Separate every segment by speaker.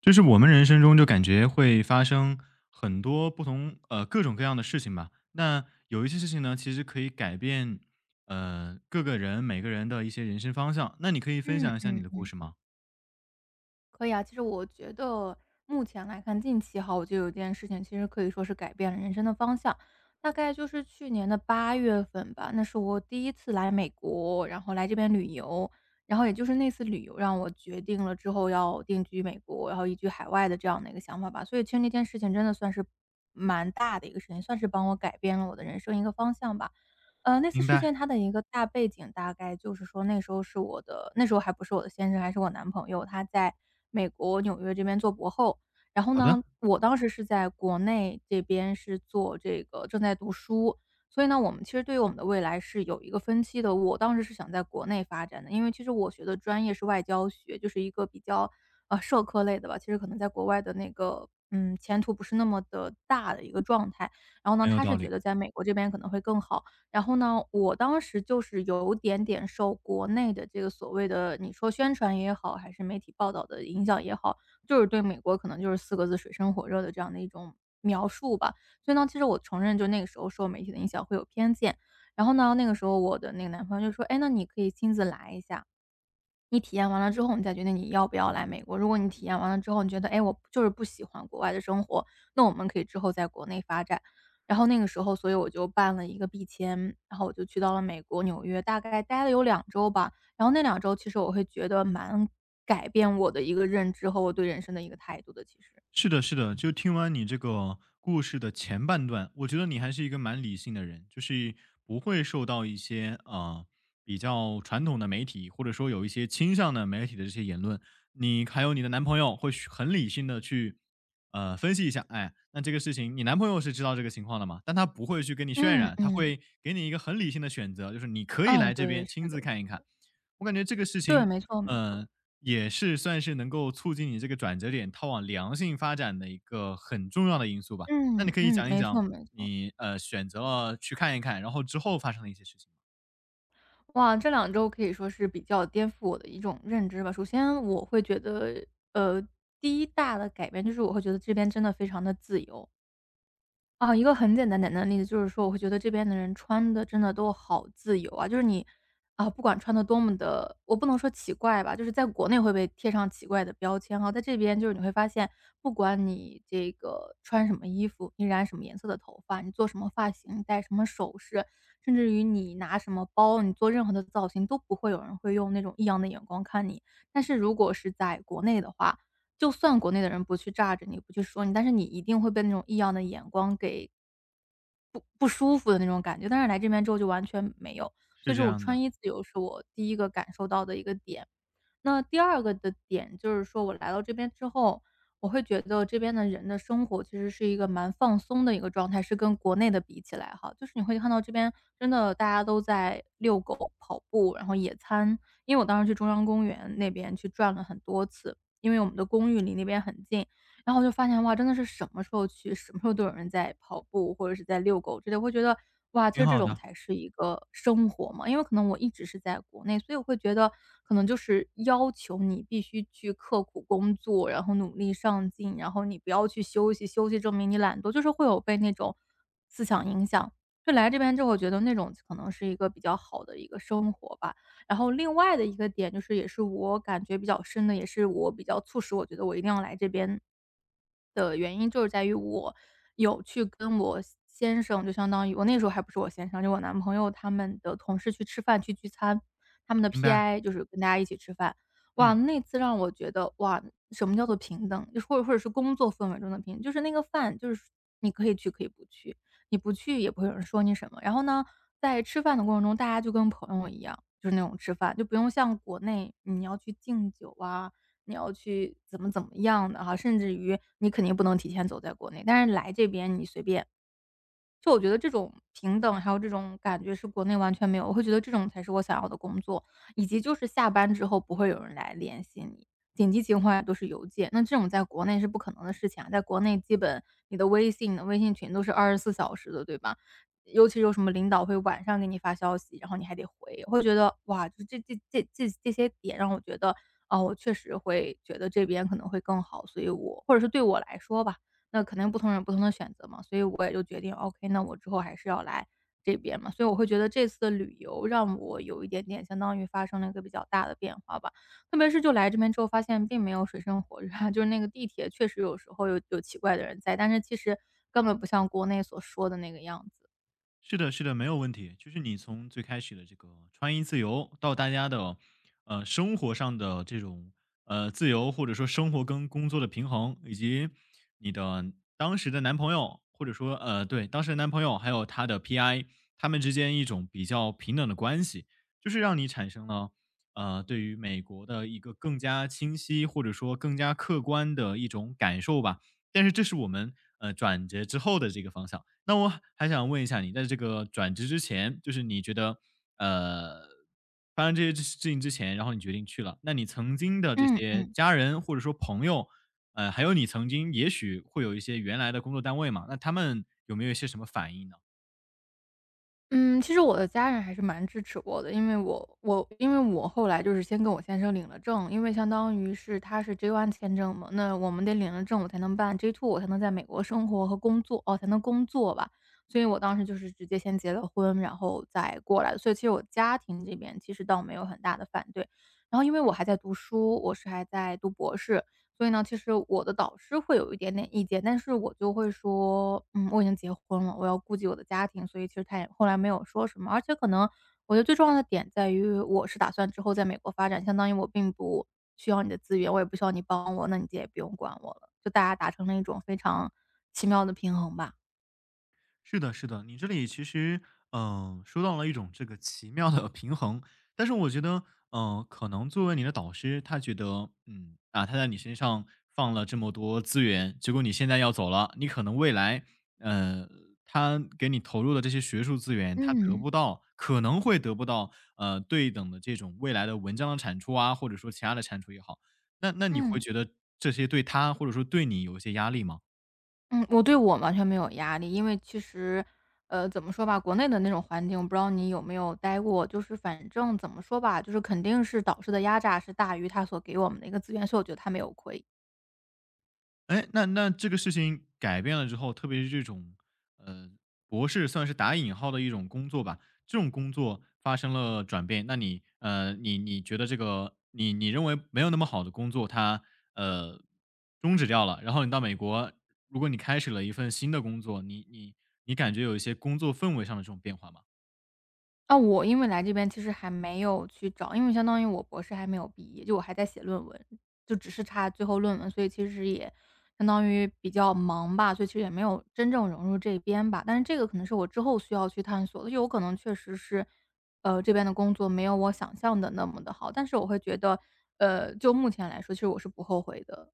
Speaker 1: 就是我们人生中就感觉会发生很多不同各种各样的事情吧。那有一些事情呢，其实可以改变各个人每个人的一些人生方向。那你可以分
Speaker 2: 嗯
Speaker 1: 享一下你
Speaker 2: 嗯
Speaker 1: 的故
Speaker 2: 嗯。
Speaker 1: 事吗？
Speaker 2: 可以啊。其实我觉得目前来看，近期哈，我就有一件事情，其实可以说是改变了人生的方向。大概就是去年的8月份吧，那是我第一次来美国，然后来这边旅游，然后也就是那次旅游让我决定了之后要定居美国，然后移居海外的这样的一个想法吧。所以其实那件事情真的算是蛮大的一个事情，算是帮我改变了我的人生一个方向吧。那次
Speaker 1: 明
Speaker 2: 事
Speaker 1: 白，
Speaker 2: 件它的一个大背景大概就是说那时候还不是我的先生，还是我男朋友，他在美国纽约这边做博后。然后
Speaker 1: 好的，
Speaker 2: 呢，我当时是在国内这边是做这个正在读书，所以呢，我们其实对于我们的未来是有一个分期的。我当时是想在国内发展的，因为其实我学的专业是外交学，就是一个比较，社科类的吧，其实可能在国外的那个，前途不是那么的大的一个状态。然后呢，
Speaker 1: 很有
Speaker 2: 他是
Speaker 1: 道
Speaker 2: 觉
Speaker 1: 理。
Speaker 2: 得在美国这边可能会更好。然后呢，我当时就是有点点受国内的这个所谓的你说宣传也好，还是媒体报道的影响也好，就是对美国可能就是四个字水深火热的这样的一种描述吧。所以呢，其实我承认就那个时候受媒体的影响会有偏见。然后呢，那个时候我的那个男朋友就说：“哎，那你可以亲自来一下。”你体验完了之后，你再决定你要不要来美国。如果你体验完了之后，你觉得：“哎，我就是不喜欢国外的生活。”那我们可以之后在国内发展。然后那个时候，所以我就办了一个 B 签，然后我就去到了美国纽约，大概待了有两周吧。然后那两周其实我会觉得蛮改变我的一个认知和我对人生的一个态度的，其实。
Speaker 1: 是的，是的，就听完你这个故事的前半段，我觉得你还是一个蛮理性的人，就是不会受到一些比较传统的媒体，或者说有一些倾向的媒体的这些言论。你还有你的男朋友会去很理性的去分析一下，哎，那这个事情你男朋友是知道这个情况的嘛？但他不会去跟你渲
Speaker 2: 嗯
Speaker 1: 染，他
Speaker 2: 嗯，
Speaker 1: 会给你一个很理性的选择，就是你可以
Speaker 2: 嗯，
Speaker 1: 来这
Speaker 2: 对，
Speaker 1: 边
Speaker 2: 是
Speaker 1: 亲
Speaker 2: 的
Speaker 1: 自
Speaker 2: 是
Speaker 1: 看一看。
Speaker 2: 的。
Speaker 1: 我感觉这个事
Speaker 2: 对，
Speaker 1: 情
Speaker 2: 没错没错。
Speaker 1: 嗯，也是算是能够促进你这个转折点，它往良性发展的一个很重要的因素吧。那你
Speaker 2: 嗯
Speaker 1: 可以
Speaker 2: 嗯，
Speaker 1: 讲一
Speaker 2: 没
Speaker 1: 讲
Speaker 2: 错没错。
Speaker 1: 你，选择了去看一看，然后之后发生的一些事情吗？
Speaker 2: 哇，这两周可以说是比较颠覆我的一种认知吧。首先我会觉得，呃，第一大的改变就是我会觉得这边真的非常的自由。啊，一个很简单简单的例子就是说，我会觉得这边的人穿的真的都好自由啊，就是你，啊，不管穿的多么的我不能说奇怪吧，就是在国内会被贴上奇怪的标签哈，在这边就是你会发现，不管你这个穿什么衣服，你染什么颜色的头发，你做什么发型，你戴什么首饰，甚至于你拿什么包，你做任何的造型，都不会有人会用那种异样的眼光看你。但是如果是在国内的话，就算国内的人不去炸着你，不去说你，但是你一定会被那种异样的眼光给不舒服的那种感觉。但是来这边之后就完全没有，所
Speaker 1: 是
Speaker 2: 以这
Speaker 1: 这
Speaker 2: 种
Speaker 1: 样的，
Speaker 2: 穿衣自由是我第一个感受到的一个点。那第二个的点就是说我来到这边之后，我会觉得这边的人的生活其实是一个蛮放松的一个状态，是跟国内的比起来哈，就是你会看到这边真的大家都在遛狗、跑步，然后野餐。因为我当时去中央公园那边去转了很多次，因为我们的公寓离那边很近，然后我就发现，哇，真的是什么时候去，什么时候都有人在跑步或者是在遛狗之类，我会觉得，哇，其
Speaker 1: 挺
Speaker 2: 实这
Speaker 1: 好
Speaker 2: 种
Speaker 1: 的，
Speaker 2: 才是一个生活嘛。因为可能我一直是在国内，所以我会觉得可能就是要求你必须去刻苦工作，然后努力上进，然后你不要去休息，休息证明你懒惰，就是会有被那种思想影响。就来这边之后，我觉得那种可能是一个比较好的一个生活吧。然后另外的一个点就是，也是我感觉比较深的，也是我比较促使我觉得我一定要来这边的原因就是在于我有去跟我先生，就相当于我那时候还不是我先生，就我男朋友他们的同事去吃饭去聚餐，他们的
Speaker 1: 明白，
Speaker 2: PI 就是跟大家一起吃饭。哇，
Speaker 1: 嗯。
Speaker 2: 那次让我觉得，哇，什么叫做平等？就是或者是工作氛围中的平等，就是那个饭，就是你可以去可以不去，你不去也不会有人说你什么。然后呢，在吃饭的过程中，大家就跟朋友一样，就是那种吃饭，就不用像国内你要去敬酒啊，你要去怎么怎么样的哈，甚至于你肯定不能提前走在国内，但是来这边你随便就我觉得这种平等，还有这种感觉是国内完全没有，我会觉得这种才是我想要的工作，以及就是下班之后不会有人来联系你，紧急情况下都是邮件，那这种在国内是不可能的事情啊，在国内基本你的微信、你的微信群都是24小时的，对吧？尤其有什么领导会晚上给你发消息，然后你还得回，我会觉得，哇，就这些点让我觉得，啊，我确实会觉得这边可能会更好，所以我或者是对我来说吧，那肯定不同人有不同的选择嘛，所以我也就决定，OK，那我之后还是要来这边嘛。所以我会觉得这次的旅游让我有一点点相当于发生了一个比较大的变化吧。特别是就来这边之后发现并没有水深火热啊就是那个地铁确实有时候有奇怪的人在，但是其实根本不像国内所说的那个样子。
Speaker 1: 是的，是的，没有问题。就是你从最开始的这个穿衣自由，到大家的生活上的这种自由，或者说生活跟工作的平衡，以及你的当时的男朋友，或者说对当时的男朋友，还有他的 PI，他们之间一种比较平等的关系，就是让你产生了对于美国的一个更加清晰，或者说更加客观的一种感受吧。但是这是我们转职之后的这个方向。那我还想问一下你，在这个转职之前，就是你觉得呃发生这些事情之前，然后你决定去了，那你曾经的这
Speaker 2: 嗯
Speaker 1: 些
Speaker 2: 嗯。
Speaker 1: 家人或者说朋友，还有你曾经也许会有一些原来的工作单位嘛，那他们有没有一些什么反应呢？
Speaker 2: 嗯，其实我的家人还是蛮支持我的，因为因为我后来就是先跟我先生领了证，因为相当于是他是 J1 签证嘛，那我们得领了证我才能办 J2，我才能在美国生活和工作，哦，才能工作吧。所以我当时就是直接先结了婚，然后再过来的，所以其实我家庭这边其实倒没有很大的反对。然后因为我还在读书，我是还在读博士，所以呢，其实我的导师会有一点点意见，但是我就会说，嗯，我已经结婚了，我要顾及我的家庭，所以其实他也后来没有说什么。而且可能我觉得最重要的点在于，我是打算之后在美国发展，相当于我并不需要你的资源，我也不需要你帮我，那你也不用管我了，就大家达成了一种非常奇妙的平衡吧。
Speaker 1: 是的，是的，你这里其实，嗯、说到了一种这个奇妙的 平衡，但是我觉得，嗯、可能作为你的导师，他觉得，嗯，啊，他在你身上放了这么多资源，结果你现在要走了，你可能未来，呃，他给你投入的这些学术资源，他得
Speaker 2: 嗯
Speaker 1: 不到，可能会得不到，对等的这种未来的文章的产出啊，或者说其他的产出也好，那你会
Speaker 2: 嗯。
Speaker 1: 觉得这些对他或者说对你有一些压力吗？
Speaker 2: 嗯，我对我完全没有压力，因为其实，怎么说吧，国内的那种环境，我不知道你有没有待过，就是反正怎么说吧，就是肯定是导师的压榨是大于他所给我们的一个资源，所以我觉得他没有亏。
Speaker 1: 哎，那这个事情改变了之后，特别是这种，呃，博士算是打引号的一种工作吧，这种工作发生了转变，那你，你觉得这个，你认为没有那么好的工作，它，呃，终止掉了，然后你到美国，如果你开始了一份新的工作，你感觉有一些工作氛围上的这种变化吗？
Speaker 2: 啊，我因为来这边其实还没有去找，因为相当于我博士还没有毕业，就我还在写论文，就只是差最后论文，所以其实也相当于比较忙吧，所以其实也没有真正融入这边吧。但是这个可能是我之后需要去探索的，就有可能确实是，这边的工作没有我想象的那么的好，但是我会觉得，就目前来说，其实我是不后悔的。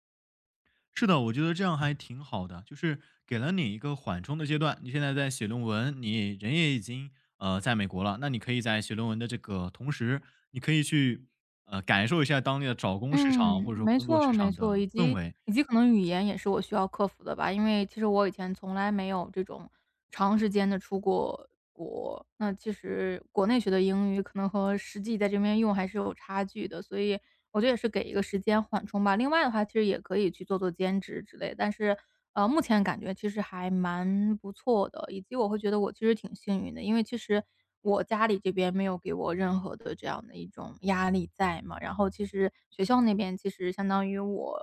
Speaker 1: 是的，我觉得这样还挺好的，就是给了你一个缓冲的阶段。你现在在写论文，你人也已经在美国了，那你可以在写论文的这个同时，你可以去感受一下当地的找工市场
Speaker 2: 嗯，
Speaker 1: 或者说
Speaker 2: 没
Speaker 1: 工作
Speaker 2: 错
Speaker 1: 市
Speaker 2: 没
Speaker 1: 场的
Speaker 2: 错，以
Speaker 1: 氛
Speaker 2: 及
Speaker 1: 围。
Speaker 2: 可能语言也是我需要克服的吧。因为其实我以前从来没有这种长时间的出过国，那其实国内学的英语可能和实际在这边用还是有差距的，所以我觉得也是给一个时间缓冲吧。另外的话，其实也可以去做做兼职之类，但是，目前感觉其实还蛮不错的，以及我会觉得我其实挺幸运的，因为其实我家里这边没有给我任何的这样的一种压力在嘛，然后其实学校那边其实相当于我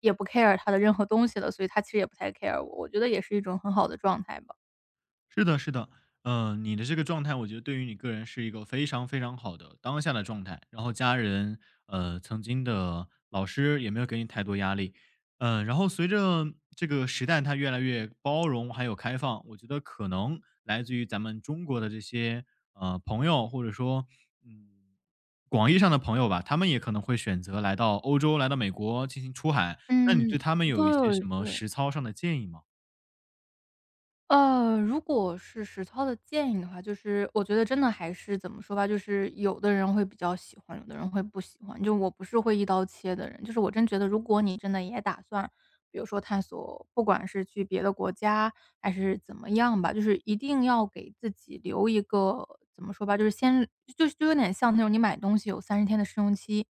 Speaker 2: 也不 care 他的任何东西了，所以他其实也不太 care 我，我觉得也是一种很好的状态吧。
Speaker 1: 是的，是的，嗯，你的这个状态，我觉得对于你个人是一个非常非常好的当下的状态。然后家人，曾经的老师也没有给你太多压力，嗯，然后随着这个时代它越来越包容还有开放，我觉得可能来自于咱们中国的这些朋友，或者说嗯广义上的朋友吧，他们也可能会选择来到欧洲、来到美国进行出海。那你对
Speaker 2: 嗯，
Speaker 1: 他们有一些什
Speaker 2: 对
Speaker 1: 么
Speaker 2: 对。
Speaker 1: 实操上的建议吗？
Speaker 2: 如果是实操的建议的话，就是我觉得真的还是怎么说吧，就是有的人会比较喜欢，有的人会不喜欢。就我不是会一刀切的人，就是我真觉得，如果你真的也打算，比如说探索，不管是去别的国家还是怎么样吧，就是一定要给自己留一个怎么说吧，就是先就是就有点像那种你买东西有三十天的试用期，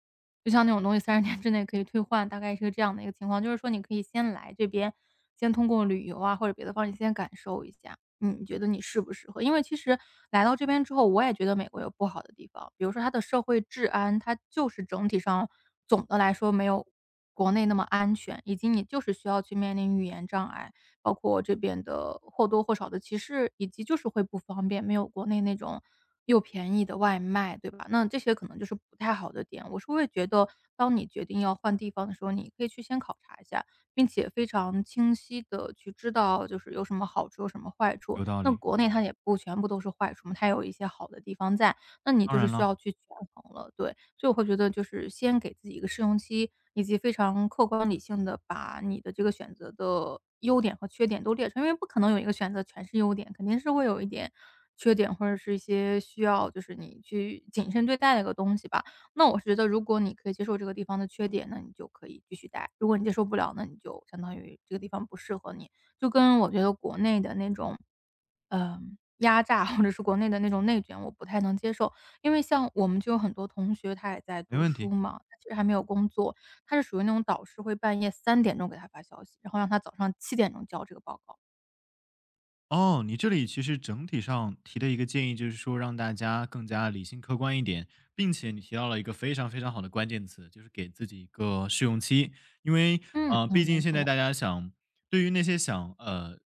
Speaker 2: 就像那种东西三十天之内可以退换，大概是个这样的一个情况。就是说你可以先来这边，先通过旅游啊，或者别的方式先感受一下，嗯你觉得你适不适合。因为其实来到这边之后，我也觉得美国有不好的地方，比如说它的社会治安，它就是整体上总的来说没有国内那么安全，以及你就是需要去面临语言障碍。包括这边的或多或少的歧视，以及就是会不方便，没有国内那种又便宜的外卖，对吧？那这些可能就是不太好的点。我是会觉得，当你决定要换地方的时候，你可以去先考察一下，并且非常清晰的去知道，就是有什么好处，有什么坏处。
Speaker 1: 有道
Speaker 2: 那
Speaker 1: 理，
Speaker 2: 国内它也不全部都是坏处嘛，它有一些好的地方在。那你
Speaker 1: 当
Speaker 2: 就是
Speaker 1: 然
Speaker 2: 需
Speaker 1: 了，
Speaker 2: 要去权衡了，对。所以我会觉得就是先给自己一个试用期，以及非常客观理性的把你的这个选择的优点和缺点都列出来，因为不可能有一个选择全是优点，肯定是会有一点缺点，或者是一些需要就是你去谨慎对待的一个东西吧。那我是觉得如果你可以接受这个地方的缺点，那你就可以继续待，如果你接受不了，那你就相当于这个地方不适合你。就跟我觉得国内的那种压榨或者是国内的那种内卷，我不太能接受。因为像我们就有很多同学，他也在
Speaker 1: 没
Speaker 2: 读
Speaker 1: 问
Speaker 2: 书
Speaker 1: 题。
Speaker 2: 嘛，他其实还没有工作，他是属于那种导师会半夜3点钟给他发消息，然后让他早上7点钟交这个报告。
Speaker 1: 哦，你这里其实整体上提的一个建议就是说，让大家更加理性客观一点，并且你提到了一个非常非常好的关键词，就是给自己一个试用期。因为，
Speaker 2: 嗯
Speaker 1: 毕
Speaker 2: 嗯，没
Speaker 1: 竟现在
Speaker 2: 错，
Speaker 1: 大家想对于那些想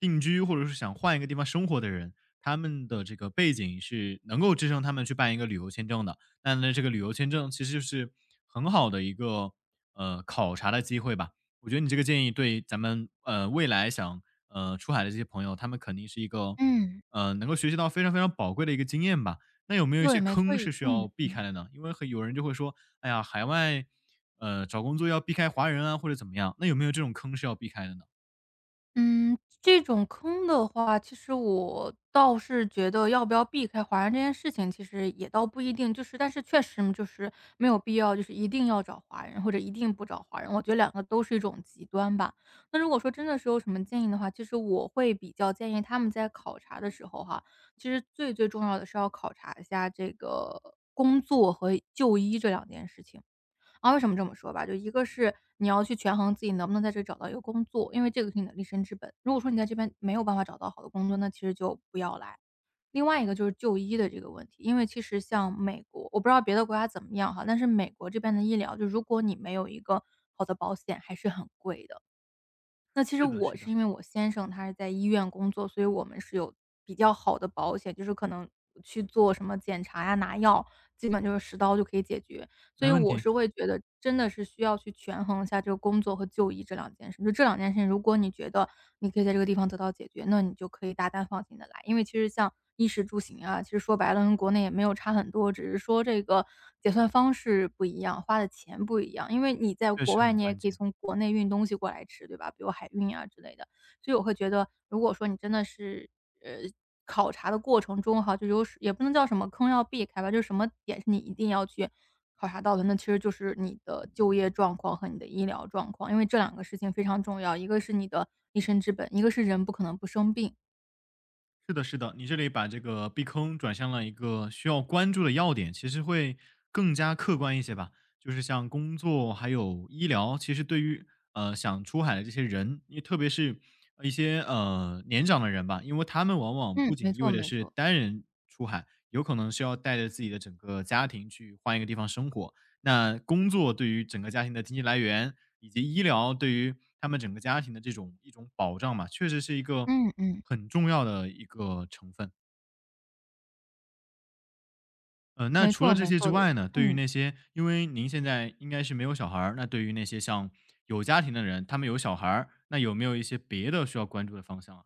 Speaker 1: 定居或者是想换一个地方生活的人，他们的这个背景是能够支撑他们去办一个旅游签证的。那呢，这个旅游签证其实就是很好的一个考察的机会吧。我觉得你这个建议对咱们，未来想，出海的这些朋友，他们肯定是一个，
Speaker 2: 嗯，
Speaker 1: 能够学习到非常非常宝贵的一个经验吧。那有没有一
Speaker 2: 对，
Speaker 1: 些
Speaker 2: 没错，
Speaker 1: 坑是需
Speaker 2: 嗯。
Speaker 1: 要避开的呢？因为很有人就会说，哎呀，海外，找工作要避开华人啊，或者怎么样，那有没有这种坑是要避开的呢？
Speaker 2: 嗯，这种坑的话，其实我倒是觉得要不要避开华人这件事情，其实也倒不一定。就是但是确实就是没有必要，就是一定要找华人，或者一定不找华人，我觉得两个都是一种极端吧。那如果说真的是有什么建议的话，其实我会比较建议他们在考察的时候哈，其实最最重要的是要考察一下这个工作和就医这两件事情。啊，为什么这么说吧，就一个是你要去权衡自己能不能在这里找到一个工作，因为这个是你的立身之本。如果说你在这边没有办法找到好的工作，那其实就不要来。另外一个就是就医的这个问题，因为其实像美国，我不知道别的国家怎么样哈，但是美国这边的医疗，就如果你没有一个好的保险，还是很贵的。那其实
Speaker 1: 是的，
Speaker 2: 我
Speaker 1: 是
Speaker 2: 是
Speaker 1: 的，
Speaker 2: 因为我先生他是在医院工作，所以我们是有比较好的保险，就是可能去做什么检查呀、拿药，基本就是10刀就可以解决。所以
Speaker 1: 没问
Speaker 2: 我
Speaker 1: 题，
Speaker 2: 是会觉得真的是需要去权衡一下这个工作和就医这两件事。就这两件事如果你觉得你可以在这个地方得到解决，那你就可以大胆放心的来。因为其实像衣食住行啊，其实说白了跟国内也没有差很多，只是说这个结算方式不一样，花的钱不一样。因为你在
Speaker 1: 确
Speaker 2: 国
Speaker 1: 实
Speaker 2: 外，
Speaker 1: 很
Speaker 2: 你也
Speaker 1: 关
Speaker 2: 可以
Speaker 1: 键。
Speaker 2: 从国内运东西过来吃，对吧？比如海运啊之类的。所以我会觉得，如果说你真的是，呃，考察的过程中哈，就有也不能叫什么坑要避开吧，就是什么点是你一定要去考察到的，那其实就是你的就业状况和你的医疗状况，因为这两个事情非常重要，一个是你的立身之本，一个是人不可能不生病。
Speaker 1: 是的，是的，你这里把这个避坑转向了一个需要关注的要点，其实会更加客观一些吧。就是像工作还有医疗，其实对于想出海的这些人，因为特别是一些年长的人吧，因为他们往往
Speaker 2: 嗯，
Speaker 1: 不
Speaker 2: 没
Speaker 1: 仅意
Speaker 2: 错
Speaker 1: 味着
Speaker 2: 没
Speaker 1: 是
Speaker 2: 错，
Speaker 1: 单人出海，有可能是要带着自己的整个家庭去换一个地方生活，那工作对于整个家庭的经济来源，以及医疗对于他们整个家庭的这种一种保障嘛，确实是一个
Speaker 2: 嗯嗯，
Speaker 1: 很重要的一个成分。那
Speaker 2: 没
Speaker 1: 除
Speaker 2: 错
Speaker 1: 了这
Speaker 2: 没
Speaker 1: 些之
Speaker 2: 错的，
Speaker 1: 外呢，对于
Speaker 2: 嗯。
Speaker 1: 那些因为您现在应该是没有小孩儿，那对于那些像有家庭的人，他们有小孩儿，那有没有一些别的需要关注的方向啊？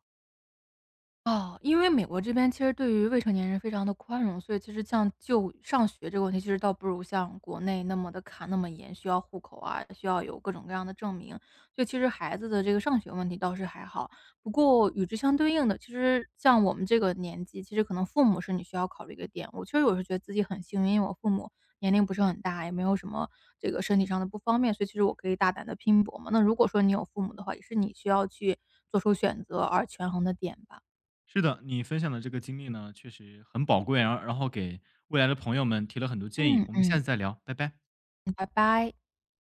Speaker 2: 哦，因为美国这边其实对于未成年人非常的宽容，所以其实像就上学这个问题，其实倒不如像国内那么的卡那么严，需要户口啊，需要有各种各样的证明。就其实孩子的这个上学问题倒是还好，不过与之相对应的，其实像我们这个年纪，其实可能父母是你需要考虑一个点。我确实我是觉得自己很幸运，因为我父母年龄不是很大，也没有什么这个身体上的不方便，所以其实我可以大胆的拼搏嘛。那如果说你有父母的话，也是你需要去做出选择而权衡的点吧。
Speaker 1: 是的，你分享的这个经历呢，确实很宝贵，然后给未来的朋友们提了很多建议。
Speaker 2: 嗯
Speaker 1: 我们下
Speaker 2: 嗯，
Speaker 1: 次再聊，拜拜。
Speaker 2: 嗯拜拜。